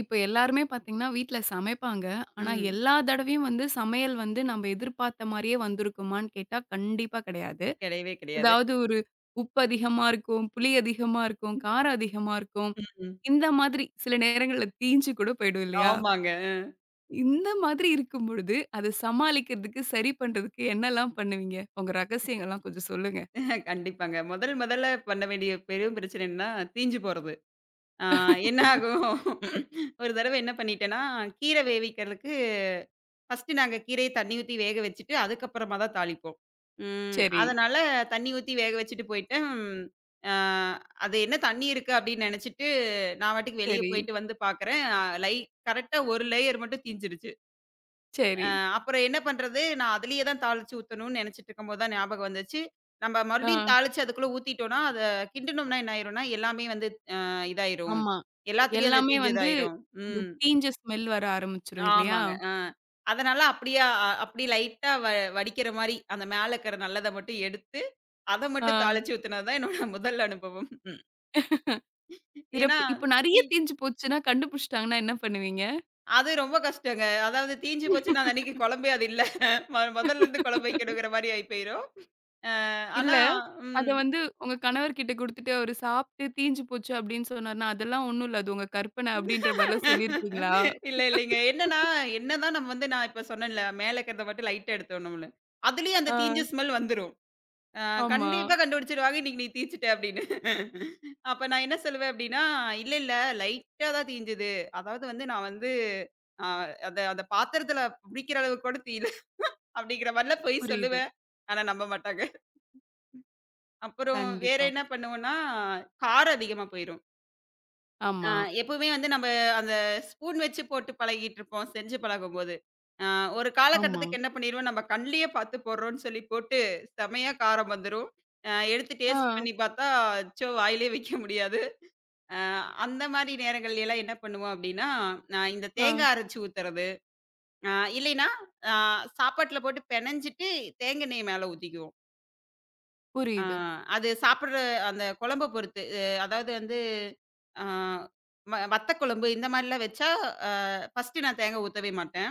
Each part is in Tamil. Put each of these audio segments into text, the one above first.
இப்ப எல்லாருமே பாத்தீங்கன்னா வீட்ல சமைப்பாங்க. ஆனா, ம். எல்லா தடவையும் வந்து சமையல் வந்து நம்ம எதிர்பார்த்த மாரியே வந்திருக்குமான்னு கேட்டா, கண்டிப்பா கிடையாது. கிடையவே கிடையாது. ஏதாவது ஒரு உப்பு அதிகமா இருக்கும், புளி அதிகமா இருக்கும், காரம் அதிகமா இருக்கும். ம். இந்த மாதிரி சில நேரங்கள்ல தீஞ்சு கூட போயிடும் இல்லையா? ஆமாங்க. இந்த மாதிரி இருக்கும் பொழுது, அத சமாளிக்கிறதுக்கு, சரி பண்றதுக்கு என்னலாம் பண்ணுவீங்க? உங்க ரகசியங்கள்லாம் கொஞ்சம் சொல்லுங்க. கண்டிப்பாங்க. முதல் முதல்ல பண்ண வேண்டிய பெரும் பிரச்சனை என்னன்னா, தீஞ்சு போறது. ஆ என்ன ஆகும்? ஒரு தடவ என்ன பண்ணிட்டேன்னா, கீரை வேவிக்கிறதுக்கு ஃபர்ஸ்ட்டு நாங்க கீரைய தண்ணி ஊத்தி வேக வச்சுட்டு, அதுக்கப்புறமா தான் தாளிப்போம். ம். சரி, அதனால தண்ணி ஊத்தி வேக வச்சுட்டு போயிட்டேன். ஆ அது என்ன தண்ணி இருக்கு அப்படின்னு நினைச்சுட்டு, நான் பாட்டுக்கு வெளிய சரி, போயிட்டு வந்து பார்க்குறேன். லை கரெக்ட்டா ஒரு லேயர் மட்டும் தீஞ்சிருச்சு. சரி. அப்புறம் என்ன பண்றது? நான் அதிலேயே தான் தாளிச்சு ஊத்தணும்னு நெனச்சிட்டு இருக்கும்போது தான் ஞாபகம் வந்துச்சு. நம்ம மறுபடியும் ஆ, தாளிச்சு அதுக்குள்ள ஊத்திட்டோம்னா, அத கிண்டுனோம்னா என்ன ஆயிரும்னா, எல்லாமே வந்து அ இதாயிரும். ஆமா. எல்லாத்துலயும் அந்த எல்லாமே வந்து தீஞ்சதாயிரும். அந்த ம். தீஞ்ச ஸ்மெல் வர ஆரம்பிச்சுரும் இல்லையா? ஆமாங்க. அதனால அப்படியே அப்படியே லைட்டா வடிக்கிற மாரி, அந்த மேல இருக்கிற நல்லத மட்டும் எடுத்து, அத மட்டும் ஆ, தாளிச்சு ஊத்துனது தான் என்னோட முதல் அனுபவம். ஏன்னா, சிறப்பு. இப்ப நெறைய தீ தீஞ்சு போச்சுன்னா, கண்டுபிடிச்சுட்டாங்கன்னா என்ன பண்ணுவீங்க? அது ரொம்ப கஷ்டங்க. அதாவது தீஞ்சு போச்சுன்னா, அந்த அன்னைக்கு குழம்பே அது இல்ல. மொதல்ல இருந்து குழம்பு வைக்கணுங்கிற மாரி ஆயி போயிரும். அ இல்ல, ஆனா, அத ம். வந்து உங்க கணவர்கிட்ட குடுத்துட்டு, அவரு சாப்ட்டு தீஞ்சு போச்சு அப்டின்னு சொன்னாருன்னா, அதெல்லாம் ஒண்ணும் இல்ல. அது உங்க கற்பனை அப்டின்ற மாரிலாம் சொல்லியிருக்கீங்களா? இல்ல, இல்லைங்க. என்னன்னா, என்னதான் நம்ம வந்து நான் இப்ப சொன்னேன்ல, மேல இருக்கிறத மட்டும் லைட்டா எடுத்தோம்னோம்ல. அதுலயும் அந்த ஆ, தீஞ்ச ஸ்மெல் வந்துரும். அ ஆமா. கண்டிப்பா கண்டுபிடிச்சுருவாங்க, "இன்னைக்கு நீ தீச்சுட்ட" அப்படின்னு. அப்ப நான் என்ன சொல்லுவேன் அப்படின்னா, "இல்ல, இல்ல, லைட்டா தான் தீஞ்சது. அதாவது வந்து நான் வந்து அ அத அந்த பாத்திரத்தில பிடிக்கிற அளவுக்கு கூட தீயல" அப்படிங்கிற மாரிலாம் பொய் புரியுது. சொல்லுவேன். ஆனா நம்ப மாட்டாங்க. அப்புறம் வேற கண்டிப்பா. என்ன பண்ணுவோம்னா, காரம் அதிகமா போயிரும். ஆ ஆமா, எப்பவுமே வந்து நம்ம அந்த ஸ்பூன் வச்சு போட்டு பழகிட்டுருப்போம், செஞ்சு பழகும்போது. ஆ ஒரு ஆமா. காலகட்டத்துக்கு என்ன பண்ணிருவோம், நம்ம கண்லயே பார்த்து போடுறோம்ன்னு சொல்லி போட்டு, செமையா காரம் வந்துரும். எடுத்து ஆ, டேஸ்ட் பண்ணி பார்த்தா, அச்சோ! வாயிலே வைக்க முடியாது. அ அந்த மாரி நேரங்கள்ல எல்லாம் என்ன பண்ணுவோம் அப்டின்னா, நான் இந்த ஆ. தேங்காய் அரைச்சு ஊத்துறது, அ இல்லைன்னா, அ சாப்பாட்டுல போட்டு பெனஞ்சிட்டு, தேங்காய் எண்ணெய மேல ஊத்திக்குவோம். ஆ, புரியுது. அது சாப்பிடுற அந்த குழம்ப பொறுத்து. அதாவது வந்து ஆ வத்த குழம்பு இந்த மாரிலாம் வச்சா, அ ஃபர்ஸ்ட்டு நான் தேங்கா ஊத்தவே மாட்டேன்.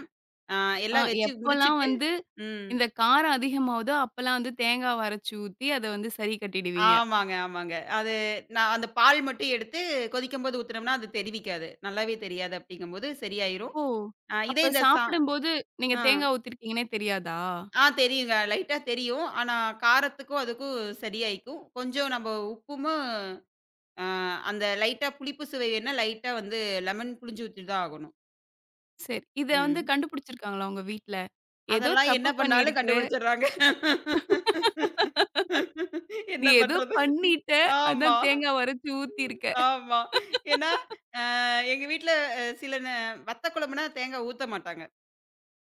ஆ ஆ, எல்லாம் வச்சு எப்பலாம் முடிச்சுட்டு வந்து ம். இந்த காரம் அதிகமாவுதோ, அப்பலாம் வந்து தேங்காவ அரைச்சு ஊத்தி, அத வந்து சரி கட்டிடுவீங்க. ஆமாங்க, ஆமாங்க. அது நான் அந்த பால் மட்டும் எடுத்து கொதிக்கும்போது ஊத்துனோம்னா, அது தெரிவிக்காது. நல்லாவே தெரியாது அப்படிங்கும்போது சரியாயிரும். ஓ! ஆ இதே அப்ப இந்த சா சாப்பிடும்போது நீங்க ஆ. தேங்காய் ஊத்திருக்கீங்கன்னே தெரியாதா? ஆ, தெரியுங்க. லைட்டா தெரியும். ஆனா காரத்துக்கும், அதுக்கும் சரியாயிக்கும். கொஞ்சம் நம்ம உப்புமு ஆ அந்த லைட்டா புளிப்பு சுவை வேணுனா, லைட்டா வந்து லெமன் புழிஞ்சு ஊத்தி தான் ஆகணும். சரி. இத வந்து ம். கண்டுபிடிச்சிருக்காங்களா உங்க வீட்ல? ஏதோ அதெல்லாம் என்ன தப்பு பண்ணாலும் பண்ணியிருக்க. கண்டுபிடிச்சுடுறாங்க. என்ன நீ ஏதோ பண்றது? பண்ணிட்ட. ஆமா, அதான் தேங்காய் உடைச்சு ஊத்தியிருக்க. ஆமா. ஏன்னா, அ எங்க வீட்ல அ சில நே வத்த குழம்புனா தேங்கா ஊத்த மாட்டாங்க.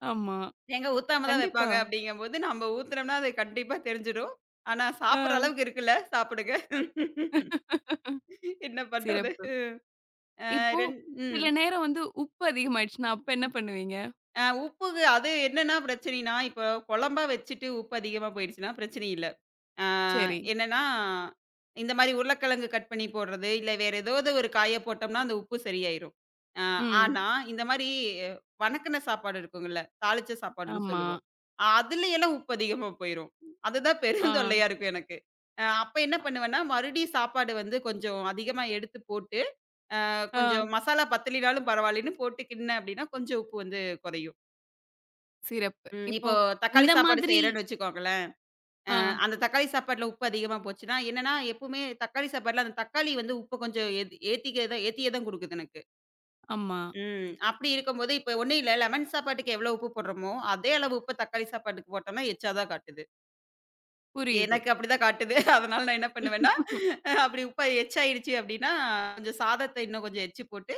ஆமா. தேங்கா ஊத்தாம தான் கண்டிப்பா. வைப்பாங்க அப்படிங்கும்போது, நம்ம ஊத்துனோம்னா அது கண்டிப்பா தெரிஞ்சிடும். ஆனா, ஆ. சாப்பிடுற அளவுக்கு இருக்குல்ல, சாப்பிடுங்க. என்ன பண்றது? சிறப்பு. அ இப்போ ரெண் ம். சில நேரம் வந்து உப்பு அதிகமாயிடுச்சுன்னா, அப்ப என்ன பண்ணுவீங்க? அ உப்பு, அது என்னன்னா பிரச்சனைன்னா, இப்போ குழம்பா வச்சுட்டு உப்பு அதிகமா போயிடுச்சுன்னா பிரச்சனை இல்ல. அ சரி. என்னன்னா, இந்த மாரி உருளைக்கிழங்கு கட் பண்ணி போடுறது, இல்ல வேற ஏதாவது ஒரு காய போட்டோம்னா அந்த உப்பு சரியாயிரும். அ ம். ஆனா, இந்த மாரி வணக்குன சாப்பாடு இருக்குங்கல்ல, தாளிச்ச சாப்பாடுன்னு ஆமா. சொல்லுவோம். அதுல எல்லாம் உப்பு அதிகமா போயிரும். அதுதான் ஆ. பெரும் தொல்லையா இருக்கும் எனக்கு. அப்ப என்ன பண்ணுவேன்னா, மறுபடியும் சாப்பாடு வந்து கொஞ்சம் அதிகமா எடுத்து போட்டு, ஆ. கொஞ்சம் மசாலா பத்தலினாலும் பரவாயில்லன்னு போட்டு கிண்டுனேன் அப்படின்னா கொஞ்சம் உப்பு வந்து குறையும். சிறப்பு. ம். இப்போ இப்போ தக்காளி இந்த சாப்பாடு மாதிரி செய்றேன்னு வச்சுக்கோங்களேன். ஆ. அந்த தக்காளி சாப்பாட்ல உப்பு அதிகமா போச்சுன்னா, என்னன்னா எப்பவுமே தக்காளி சாப்பாட்ல அந்த தக்காளி வந்து உப்பு கொஞ்சம் ஏத்திக்க தான் ஏத்தியே தான் குடுக்குது எனக்கு. ஆமா. ம். அப்படி இருக்கும்போது இப்ப ஒண்ணும் இல்ல. லெமன் சாப்பாட்டுக்கு எவ்வளோ உப்பு போடுறோமோ, அதே அளவு உப்பு தக்காளி சாப்பாட்டுக்கு போட்டோம்னா எச்சா தான் காட்டுது. புரியுது. எனக்கு அப்படிதான் காட்டுது. அதனால நான் என்ன பண்ணுவேன்னா, அப்படி உப்பு எச்சாயிடுச்சு அப்படின்னா, கொஞ்சம் சாதத்த இன்னும் கொஞ்சம் எச்சு போட்டு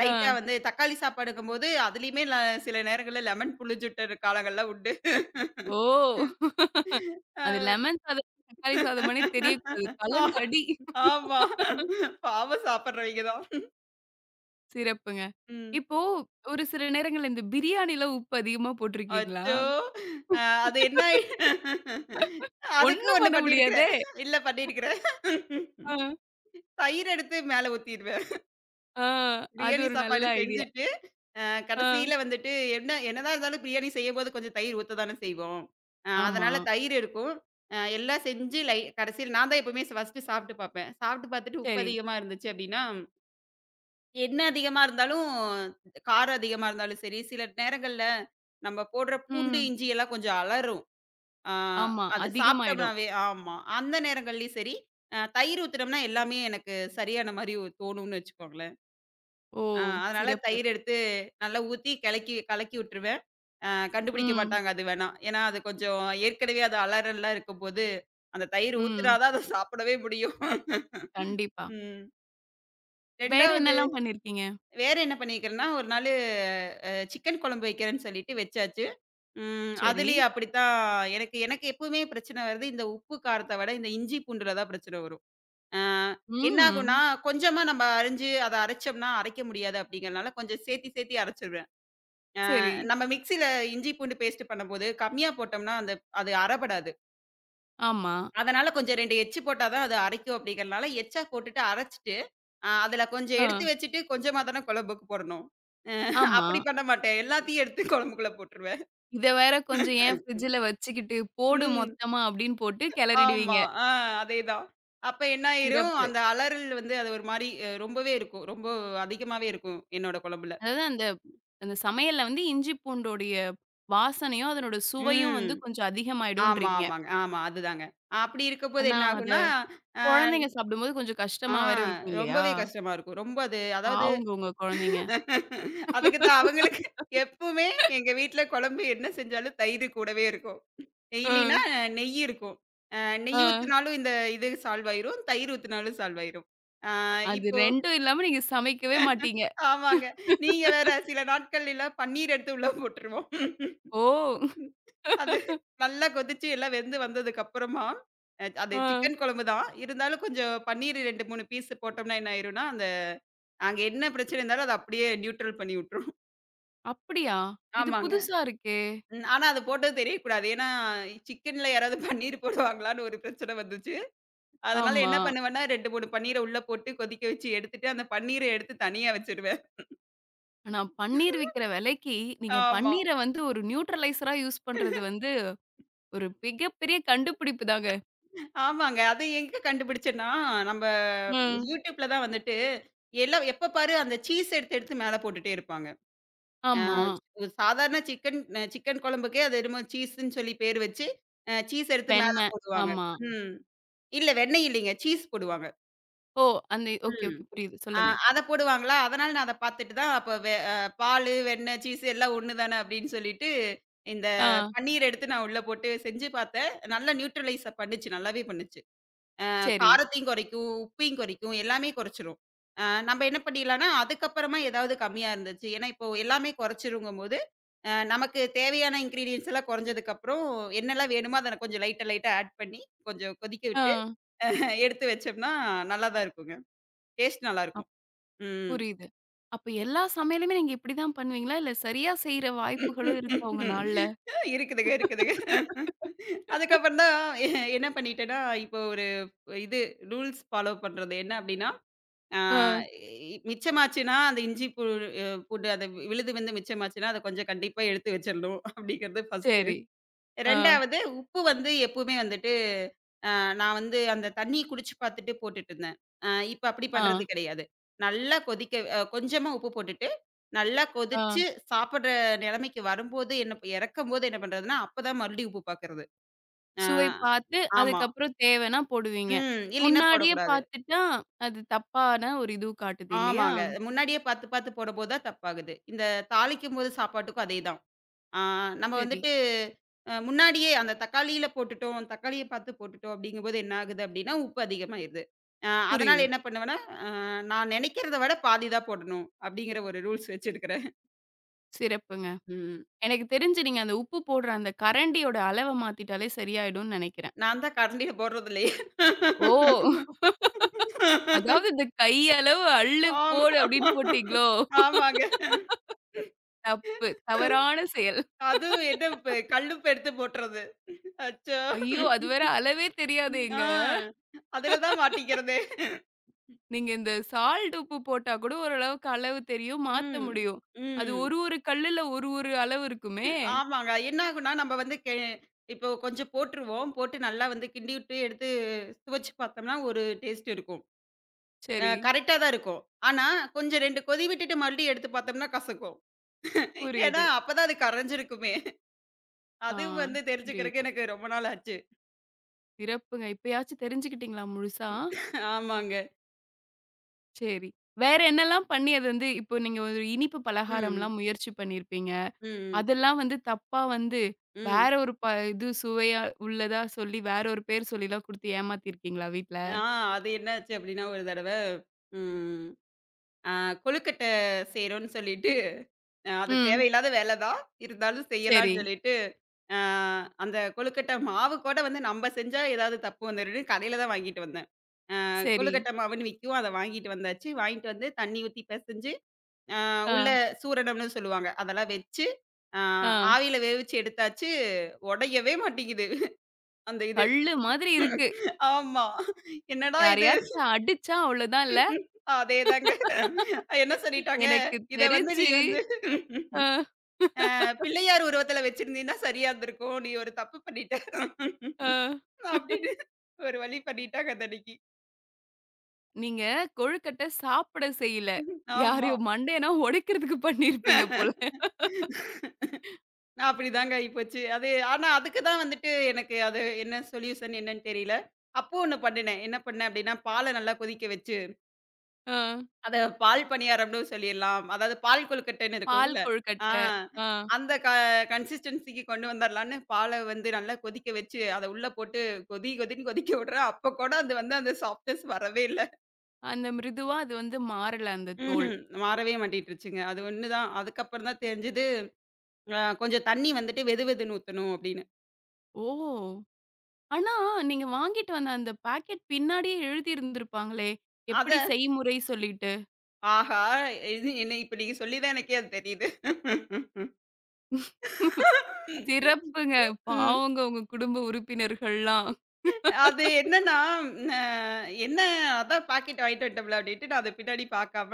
ஆ. லைட்டா வந்து தக்காளி சாப்பாடுக்கும்போது, அதிலயுமே ல சில நேரங்கள்ல லெமன் புழிஞ்சுட்ட காலங்கள்லாம் உண்டு. ஓ! அது அ. லெமன் சாதம், தக்காளி சாதமான்னே தெரியக்கூடாது. ஆ கலந்து அடி. ஆமா. பாவம் சாப்பிடுறவைங்க தான். சிறப்புங்க. ம். இப்போ ஒரு சில நேரங்கள்ல இந்த பிரியாணில உப்பு அதிகமா போட்டிருக்கீங்களா? அச்சோ! அ அது என்ன ஆயி அதுக்கு ஒண்ணும் ஒண்ணு பண்ண பண்ணியிருக்கிறேன். முடியாதே! இல்ல, பண்ணியிருக்கிறேன். ஆ, தயிர் எடுத்து மேல ஊத்திருவேன். ஆ. அது பிரியாணி ஒரு நல்ல சாப்பாடு ஐடியா. செஞ்சுட்டு, அ ஆ. கடைசியில வந்துட்டு என்ன என்னதான் இருந்தாலும் பிரியாணி செய்யும்போது கொஞ்சம் தயிர் ஊத்த தானே செய்வோம். ஆமா. அதனால தயிர் இருக்கும். எல்லாம் செஞ்சு கடைசியில நான் தான் எப்பவுமே ஃபர்ஸ்ட்டு சாப்பிட்டு பார்ப்பேன். சாப்பிட்டு பார்த்துட்டு உப்பு சரி. அதிகமா இருந்துச்சு அப்படின்னா, என்ன அதிகமா இருந்தாலும் காரம் அதிகமா இருந்தாலும் சரி, சில நேரங்கள்ல நம்ம போடுற பூண்டு, ம். இஞ்சி எல்லாம் கொஞ்சம் அலறும். அ ஆமா. அத அதிகமாயிடும். சாப்பிட்டோம்னாவே ஆமா. அந்த நேரங்கள்லயும் சரி, தயிர் ஊத்துனோம்னா எல்லாமே எனக்கு சரியான மாரி தோணும்னு வச்சுக்கோங்களேன். ஓ! அதனால சிறப்பு. தயிர் எடுத்து நல்லா ஊத்தி கலக்கி கலக்கி விட்டுருவேன். அ கண்டுபிடிக்க ம். மாட்டாங்க அது வேணா. ஏன்னா, அது கொஞ்சம் ஏற்கனவே அது அலறல்லாம் இருக்கும்போது, அந்த தயிர் ஊத்துனா ம். தான் அத சாப்பிடவே முடியும். கண்டிப்பா. ம். வேற 2வது என்னலாம் பண்ணியிருக்கீங்க? வேற என்ன பண்ணியிருக்கிறேன்னா, ஒரு நாளு சிக்கன் குழம்பு வைக்கிறேன்னு சொல்லிட்டு வச்சாச்சு. சரி. அதுலயும் அப்படித்தான் எனக்கு எனக்கு எப்பவுமே பிரச்சனை வருது, இந்த உப்பு காரத்த விட இந்த இஞ்சி பூண்டுல தான் பிரச்சனை வரும். அ என்னாகும்னா, ம். கொஞ்சமா நம்ம அரிஞ்சு அத அரைச்சோம்னா அரைக்க முடியாது அப்படிங்கிறனால கொஞ்சம் சேர்த்தி சேர்த்தி அரைச்சிருவேன். சரி. நம்ம மிக்ஸியில இஞ்சி பூண்டு பேஸ்ட் பண்ணும்போது, கம்மியா போட்டோம்னா அது அரபடாது. ஆமா. அதனால கொஞ்சம் 2 எச்சு போட்டா தான் அது அரைக்கும் அப்படிங்கிறனால, எச்சா போட்டுட்டு அரைச்சுட்டு, அதுல கொஞ்சம் ஆ. எடுத்து வச்சுட்டு, கொஞ்சமா தானே குழம்புக்கு போடணும். அ ஆமா. அப்படி பண்ண மாட்டேன். எல்லாத்தையும் எடுத்து குழம்புக்குள்ள போட்டுருவேன். இத வேற கொஞ்சம் ஏன் ஃப்ரிட்ஜ்ல வச்சுக்கிட்டு, போடு ம். மொத்தமா அப்படின்னு போட்டு ஆமா. கிளறிடுவீங்க. ஆ அதேதான். அப்ப என்ன ஆயிரும், சிறப்பு. அந்த அலறல் வந்து அது ஒரு மாரி ரொம்பவே இருக்கும். ரொம்ப அதிகமாவே இருக்கும் என்னோட குழம்புல. அதாவது அந்த அந்த சமையல்ல வந்து இஞ்சி பூண்டோடைய வாசனையும், அதனோட சுவையும் ம். வந்து கொஞ்சம் ஆமா, அதிகமாயிடும்ன்றீங்க. ஆமாங்க. ஆமா, அதுதாங்க. அப்படி இருக்கும்போது ஆனா என்ன அத ஆகும்னா, அ குழந்தைங்க சாப்பிடும்போது கொஞ்சம் ஆ கஷ்டமா வேற இருக்கும் இல்லையா? ரொம்பவே கஷ்டமா இருக்கும். ரொம்ப அது அதாவது பாவங்க உங்க குழந்தைங்க. அதுக்கு தான் அவங்களுக்கு எப்பவுமே எங்க வீட்ல குழம்பு என்ன செஞ்சாலும் தயிர் கூடவே இருக்கும். ஆ, டெய்லினா நெய் இருக்கும். அ நெய் ஆ. ஊத்துனாலும் இந்த இது சால்வ் ஆயிரும். தயிர் ஊத்துனாலும் சால்வ் ஆயிரும். ஆ அது இப்போ 2ம் இல்லாம நீங்க சமைக்கவே மாட்டீங்க. ஆமாங்க. நீங்க வேற சில நாட்கள் எல்லாம் பன்னீர் எடுத்து உள்ள போட்டுருவோம். ஓ! அது நல்லா கொதிச்சு எல்லாம் வெந்து வந்ததுக்கு அப்புறமா, அது ஆ. சிக்கன் குழம்பு தான். இருந்தாலும் கொஞ்சம் பன்னீர் 2, 3 பீஸ் போட்டோம்னா என்ன ஆயிரும்னா, அங்க என்ன பிரச்சனை இருந்தாலும் அத அப்படியே நியூட்ரல் பண்ணி விட்டுரும். அப்படியா? இது ஆமாங்க. புதுசா இருக்கே! ம். ஆனா அது போட்டது தெரியக்கூடாது. ஏன்னா சிக்கன்ல யாராவது பன்னீர் போடுவாங்களான்னு ஒரு பிரச்சனை வந்துச்சு. அதனால ஆமா. என்ன பண்ணுவேன்னா 2, 3 பன்னீர உள்ள போட்டு கொதிக்க வச்சு எடுத்துட்டு, அந்த பன்னீர எடுத்து தனியா வச்சுருவேன். ஆனா, பன்னீர் விக்கிற விலைக்கு, நீங்க ஆமா. பன்னீர வந்து ஒரு நியூட்ரலைசரா யூஸ் பண்றது வந்து, ஒரு மிகப்பெரிய கண்டுபிடிப்பு தாங்க. ஆமாங்க. அது எங்க கண்டுபிடிச்சேன்னா, நம்ம ம். YouTubeல தான் வந்துட்டு எல்லாம் எப்ப பாரு அந்த சீஸ் எடுத்து எடுத்து மேல போட்டுட்டே இருப்பாங்க. ஆமா. ம். ஒரு சாதாரண சிக்கன் சிக்கன் குழம்புக்கே அது என்னமோ சீஸ்ன்னு சொல்லி பேர் வச்சு, சீஸ் எடுத்து மேல வெண்ணெய். போடுவாங்க. ஆமா. ம். இல்ல, வெண்ணெய் இல்லீங்க. சீஸ் போடுவாங்க. ஓ! அந்த ஓகே, ம். ஓகே. புரியுது. ஆ சொல்லுங்க. அத போடுவாங்களா, அதனால நான் அத பார்த்துட்டு தான் அப்ப வெ அ பாலு, வெண்ணெய், சீஸ் எல்லாம் ஒண்ணு தானே அப்படின்னு சொல்லிட்டு, இந்த ஆ, பன்னீர் எடுத்து நான் உள்ள போட்டு செஞ்சு பார்த்தேன். நல்லா நியூட்ரலைஸ் பண்ணுச்சு. நல்லாவே பண்ணுச்சு. சரி. காரத்தையும் குறைக்கும், உப்பையும் குறைக்கும், எல்லாமே குறைச்சிரும். நம்ம என்ன பண்ணிடலாம்னா, அதுக்கப்புறமா ஏதாவது கம்மியா இருந்துச்சு. ஏன்னா இப்போ எல்லாமே குறைச்சிருங்கும்போது, நமக்கு தேவையான இன்கிரீடியன்ட்ஸ் எல்லாம் குறைஞ்சதுக்கப்புறம், என்னெல்லாம் வேணுமோ அத கொஞ்சம் லைட்டா லைட்டா ஆட் பண்ணி, கொஞ்சம் கொதிக்க ஆ. விட்டு எடுத்து வச்சோம்னா நல்லா தான் இருக்குங்க. டேஸ்ட் நல்லா இருக்கும். அப் ம். புரியுது. அப்ப எல்லா சமையலுமே நீங்க இப்படி தான் பண்ணுவீங்களா? இல்ல சரியா செய்ற வாய்ப்புகளும் இருக்கா உங்க நாள்ல? இருக்குதுங்க, இருக்குதுங்க. அதுக்கப்புறம் தான் என்ன பண்ணிட்டேன்னா, இப்போ ஒரு இது ரூல்ஸ் ஃபாலோ பண்றது என்ன அப்டின்னா, ஆ ஆ, மிச்சமாச்சுன்னா அந்த இஞ்சி பூ பூண்டு அந்த விழுது வந்து மிச்சமாச்சுன்னா, அத கொஞ்சம் கண்டிப்பா எடுத்து வச்சிரணும். அப்டிங்கிறது ஃபர்ஸ்ட். சரி. ஆ. 2வது உப்பு வந்து எப்பவுமே வந்துட்டு, அ நான் வந்து அந்த தண்ணீ குடிச்சு பார்த்துட்டு போட்டுட்டுருந்தேன். இப்ப அப்படி ஆ. பண்றது கிடையாது. நல்லா கொதிக்க கொஞ்சமா உப்பு போட்டுட்டு, நல்லா ஆ. கொதிச்சு சாப்பிடுற நிலைமைக்கு வரும்போது என்ன இறக்கும்போது என்ன பண்றதுன்னா, அப்பதான் மறுபடியும் உப்பு பார்க்கறது. அ சுவை பார்த்து, ஆமா. அதுக்கப்புறம் தேவைன்னா போடுவீங்க. ம். இல்லைன்னா முன்னாடியே போடக்கூடாது. பார்த்துட்டா, அது தப்பான ஒரு இது காட்டுது இல்லையா? ஆமாங்க. முன்னாடியே பார்த்து பார்த்து போடும்போது தான் தப்பாகுது. இந்த தாளிக்கும்போது சாப்பாட்டுக்கும் அதேதான். ஆ நம்ம சரி. வந்துட்டு முன்னாடியே அந்த தக்காளியில போட்டுட்டோம், தக்காளிய பார்த்து போட்டுட்டோம் அப்படிங்கும்போது என்ன ஆகுது அப்படின்னா, உப்பு அதிகமாயிருது. அ அதனால புரியுது. என்ன பண்ணுவேன்னா, அ நான் நினைக்கிறத விட பாதி தான் போடணும் அப்படிங்கிற ஒரு ரூல்ஸ் வச்சிருக்கிறேன். சிறப்புங்க. ம். எனக்கு தெரிஞ்சு நீங்க அந்த உப்பு போடுற அந்த கரண்டியோட அளவ மாத்திட்டாலே சரியாயிடும்னு நெனைக்கிறேன். நான் தான் கரண்டியில போடுறது இல்லையே. ஓ! அதாவது இந்த கை அளவு அள்ளு போடு அப்படின்னு ஆமா. போட்டீங்களோ? ஆமாங்க. தப்பு. தவறான செயல். அதுவும் என்ன உப்பு, கல்லுப்பு எடுத்து போட்டுறது. அச்சோ! ஐயோ! அது வேற அளவே ஆ. தெரியாதேங்க. அதுல தான் மாட்டிக்கிறதே. நீங்க இந்த சால்ட் உப்பு போட்டா கூட ஓரளவுக்கு அளவு தெரியும், மாத்த ம். முடியும். அது ம். ஒரு ஒரு கல்லுல ஒரு ஒரு அளவு இருக்குமே! ஆமாங்க. என்ன ஆகும்னா, நம்ம வந்து இப்போ கொஞ்சம் போட்டுருவோம். போட்டு நல்லா வந்து கிண்டிவிட்டு எடுத்து சுவைச்சு பார்த்தோம்னா, ஒரு டேஸ்ட் இருக்கும். சரி. கரெக்ட்டா தான் இருக்கும். ஆனா, கொஞ்சம் 2 கொதி விட்டுட்டு மறுபடியும் எடுத்து பார்த்தோம்னா கசக்கும். ஏன்னா, புரியுது. அப்ப தான் அது கரைஞ்சிருக்குமே. ஆ, அதுவும் வந்து தெரிஞ்சுக்கிறக்கு புரியுது. எனக்கு ரொம்ப நாள் ஆச்சு. சிறப்புங்க. இப்பயாச்சும் தெரிஞ்சுக்கிட்டீங்களா முழுசா? ஆமாங்க. சரி. வேற என்னலாம் பண்ணி அது வந்து இப்போ நீங்க ஒரு இனிப்பு ம். பலகாரம்லாம் முயற்சி பண்ணியிருப்பீங்க. ம். அதெல்லாம் வந்து தப்பா வந்து ம். வேற ஒரு ப இது சுவையா உள்ளதா சொல்லி வேற ஒரு பேர் சொல்லிலாம் குடுத்து ஏமாத்தியிருக்கீங்களா வீட்ல? ஆ அது என்னாச்சு அப்படின்னா, ஒரு தடவ ம் அ கொழுக்கட்டை செய்றோம்ன்னு சொல்லிட்டு, அது ம். தேவையில்லாத வேலை தான். இருந்தாலும் சரி, செய்யலாம்ன்னு சொல்லிட்டு ஆ அந்த கொழுக்கட்டை மாவு கூட வந்து நம்ப செஞ்சா ஏதாவது தப்பு வந்துருன்னு கடையில தான் வாங்கிட்டு வந்தேன். சரி. கொழுக்கட்டை மாவுன்னு விக்கும். அத வாங்கிட்டு வந்தாச்சு. வாங்கிட்டு வந்து தண்ணி ஊத்தி பெசஞ்சு, ஆ, உள்ள சூரணம்னு சொல்லுவாங்க. அதெல்லாம் வச்சு, ஆ ஆ. ஆவியில வேவிச்சு எடுத்தாச்சு. உடையவே மாட்டேங்குது. அந்த இது. கல்லு மாதிரி இருக்கு. ஆமா. என்னடா இது? யாரையாச்சும் அடிச்சா அவ்வளோதான் இல்ல? அதேதாங்க. என்ன சொல்லிட்டாங்க, எனக்கு "இத வந்து நீ தெரிஞ்சு வந்து ஆ, பிள்ளையார் உருவத்துல வச்சிருந்தீன்னா சரியா இருந்திருக்கும். நீ ஒரு தப்பு பண்ணிட்ட." ஆ. அப்படின்னு ஒரு வழி பண்ணிட்டாங்க அந்தன்னைக்கு. நீங்க கொழுக்கட்டை சாப்பிட செய்யல. ஆமா. யாரையோ மண்டையனா உடைக்கிறதுக்கு பண்ணியிருப்பீங்க போல. அப்படிதாங்க ஆயிப்போச்சு. அது, ஆனா அதுக்கு தான் வந்துட்டு எனக்கு அது என்ன சொல்யூஷன் என்னன்னு தெரியல. அப்போ ஒண்ணு பண்ணுனேன். என்ன பண்ணேன் அப்படின்னா, பால நல்லா கொதிக்க வச்சு, ஆ. அத பால் பணியாரம்னு சொல்லிறலாம். அதாவது பால் கொழுக்கட்டைன்னு பால் இருக்கும்ல. ஆ கொழுக்கட்டை. ஆ. அந்த க கன்சிஸ்டன்சிக்கு கொண்டு வந்துரலான்னு பால வந்து நல்லா கொதிக்க வச்சு, அத உள்ள போட்டு கொதி கொதின்னு கொதிக்க விடுறேன். அப்ப கூட அது வந்து அந்த சாஃப்ட்னஸ் வரவே இல்ல. அந்த மிருதுவா அது வந்து மாறல அந்த தோல். ம்ஹ்ம். மாறவே மாட்டேன்ருச்சுங்க. அது ஒண்ணுதான். அதுக்கப்புறம் தான் தெரிஞ்சது, கொஞ்சம் தண்ணி வந்துட்டு வெது வெதுன்னு ஊத்தணும் அப்படின்னு. ஓ! ஆனா நீங்க வாங்கிட்டு வந்த அந்த பாக்கெட் பின்னாடியே எழுதி இருந்திருப்பாங்களே! எப்படி அதான். செய்முறை சொல்லிட்டு. ஆஹா! இது என்ன இப்ப நீங்க சொல்லி தான் எனக்கே அது தெரியுது. சிறப்புங்க. ம். பாவங்க உங்க குடும்ப உறுப்பினர்கள்லாம். அது என்னன்னா, ந என்ன, அதான் பாக்கெட் வாங்கிட்டு வந்துட்டோம்ல அப்டின்ட்டு நான் அத பின்னாடி பாக்காம,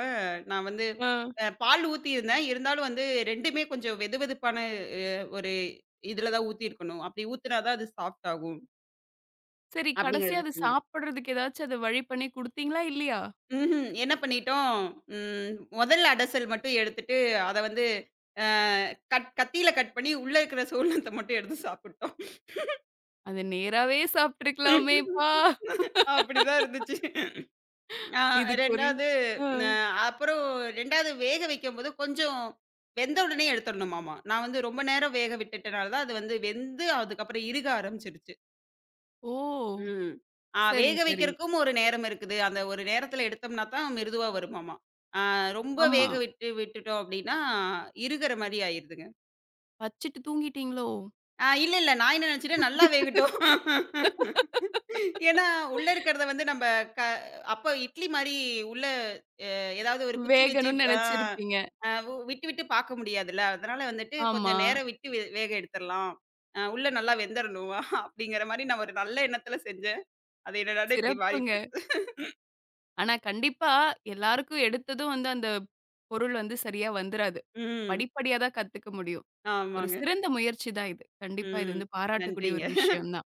நான் வந்து ஆ. பால் ஊத்தியிருந்தேன். இருந்தாலும் வந்து 2மே கொஞ்சம் வெதுவெதுப்பான ஒரு இதுல தான் ஊத்தியிருக்கணும். அப்டி ஊத்துனா தான் அது சாஃப்ட் ஆகும். சரி, கடைசியா அப்டிங்கிறது அது தெரிஞ்சு சாப்பிடுறதுக்கு ஏதாச்சும் அத வழி பண்ணி குடுத்தீங்களா? இல்லையா? ம்ஹ்ம். என்ன பண்ணிட்டோம், ம் முதல் அடசல் மட்டும் எடுத்துட்டு, அத வந்து அ கட் கத்தியில கட் பண்ணி, உள்ள இருக்கிற சோளத்த மட்டும் எடுத்து சாப்பிட்டோம். அத நேராவே சாப்பிட்டுருக்கலாமேப்பா! அப்படிதான் இருந்துச்சு. ஆ இதுக்கு ஒரு 2வது ஆ. அ அப்புறம் 2வது வேக வைக்கும்போது கொஞ்சம் வெந்த உடனே எடுத்துரணுமாமா. நான் வந்து ரொம்ப நேரம் வேக விட்டுட்டனால தான் அது வந்து வெந்து அதுக்கப்புறம் இறுக ஆரம்பிச்சுருச்சு. ஓ! ம். சரி, வேக சரி. வைக்கிறக்கும் ஒரு நேரம் இருக்குது. அந்த ஒரு நேரத்துல எடுத்தோம்னா தான் மிருதுவா வருமாமா. ஆ ரொம்ப ஆமா. வேக விட்டு விட்டுட்டோம் அப்படின்னா, இறுகுற மாரி ஆயிருதுங்க. வச்சுட்டு தூங்கிட்டீங்களோ? இல்ல, இல்ல. நான் என்ன நினைச்சுட்டேன் நல்லா வேகட்டும். ஏன்னா, உள்ள இருக்கிறத வந்து நம்ப க அப்ப இட்லி மாரி உள்ள ஏதாவது ஒரு குச்சி வச்சு வேகணும்னு ஆ நெனச்சிருப்பீங்க. அ உ விட்டு, விட்டு பாக்க முடியாதுல்ல. அதனால வந்துட்டு ஆமா. கொஞ்சம் நேரம் விட்டு வேக எடுத்துரலாம். உள்ள நல்லா வெந்தரணும். அப்படிங்கிற மாரி நான் ஒரு நல்ல எண்ணத்துல செஞ்சேன். அது என்னடான்னா இப்படி மாறி சிறப்புங்க. போச்சு. ஆனா கண்டிப்பா எல்லாருக்கும் எடுத்ததும் வந்து அந்த பொருள் வந்து சரியா வந்துராது. ம். படிப்படியா தான் கத்துக்க முடியும். ஒரு ஆமாங்க. சிறந்த முயற்சி தான் இது. கண்டிப்பா இது ம். வந்து பாராட்டக்கூடிய நன்றிங்க. ஒரு விஷயம் தான்.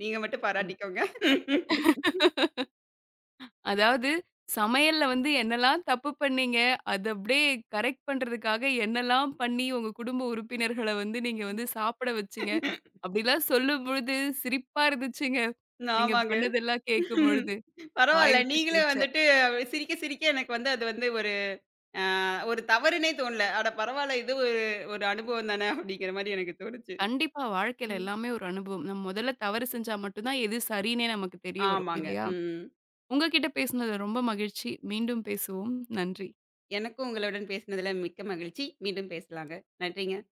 நீங்க மட்டும் பாராட்டிக்கோங்க. அதாவது சமையல்ல வந்து என்னெல்லாம் தப்பு பண்ணீங்க, அத அப்படியே கரெக்ட் பண்றதுக்காக என்னெல்லாம் பண்ணி உங்க குடும்ப உறுப்பினர்கள வந்து நீங்க வந்து சாப்பிட வச்சீங்க? அப்படிலாம் சொல்லும்பொழுது சிரிப்பா இருந்துச்சுங்க. நீங்க ஆமாங்க. பண்ணதெல்லாம் கேட்கும்பொழுது. வாய் பரவால்ல. விட்டு நீங்களே சிரிச்சேன். வந்துட்டு சிரிக்க, சிரிக்க எனக்கு வந்து அது வந்து அ ஒரு தவறுனே தோணல. அட, பரவால்ல, இது ஒரு ஒரு அனுபவம் தானே அப்படிங்கிற மாரி எனக்கு தோணுச்சு. கண்டிப்பா வாழ்க்கையில ம். எல்லாமே ஒரு அனுபவம். நம்ம முதல்ல தவறு செஞ்சா மட்டும் தான் எது சரின்னே நமக்கு தெரிய வரும் ஆமாங்க. இல்லையா? ம். உங்க கிட்ட பேசினது ரொம்ப மகிழ்ச்சி. மீண்டும் பேசுவோம். நன்றி. எனக்கும் உங்களுடன் பேசினதுல மிக்க மகிழ்ச்சி. மீண்டும் பேசலாங்க. நன்றிங்க.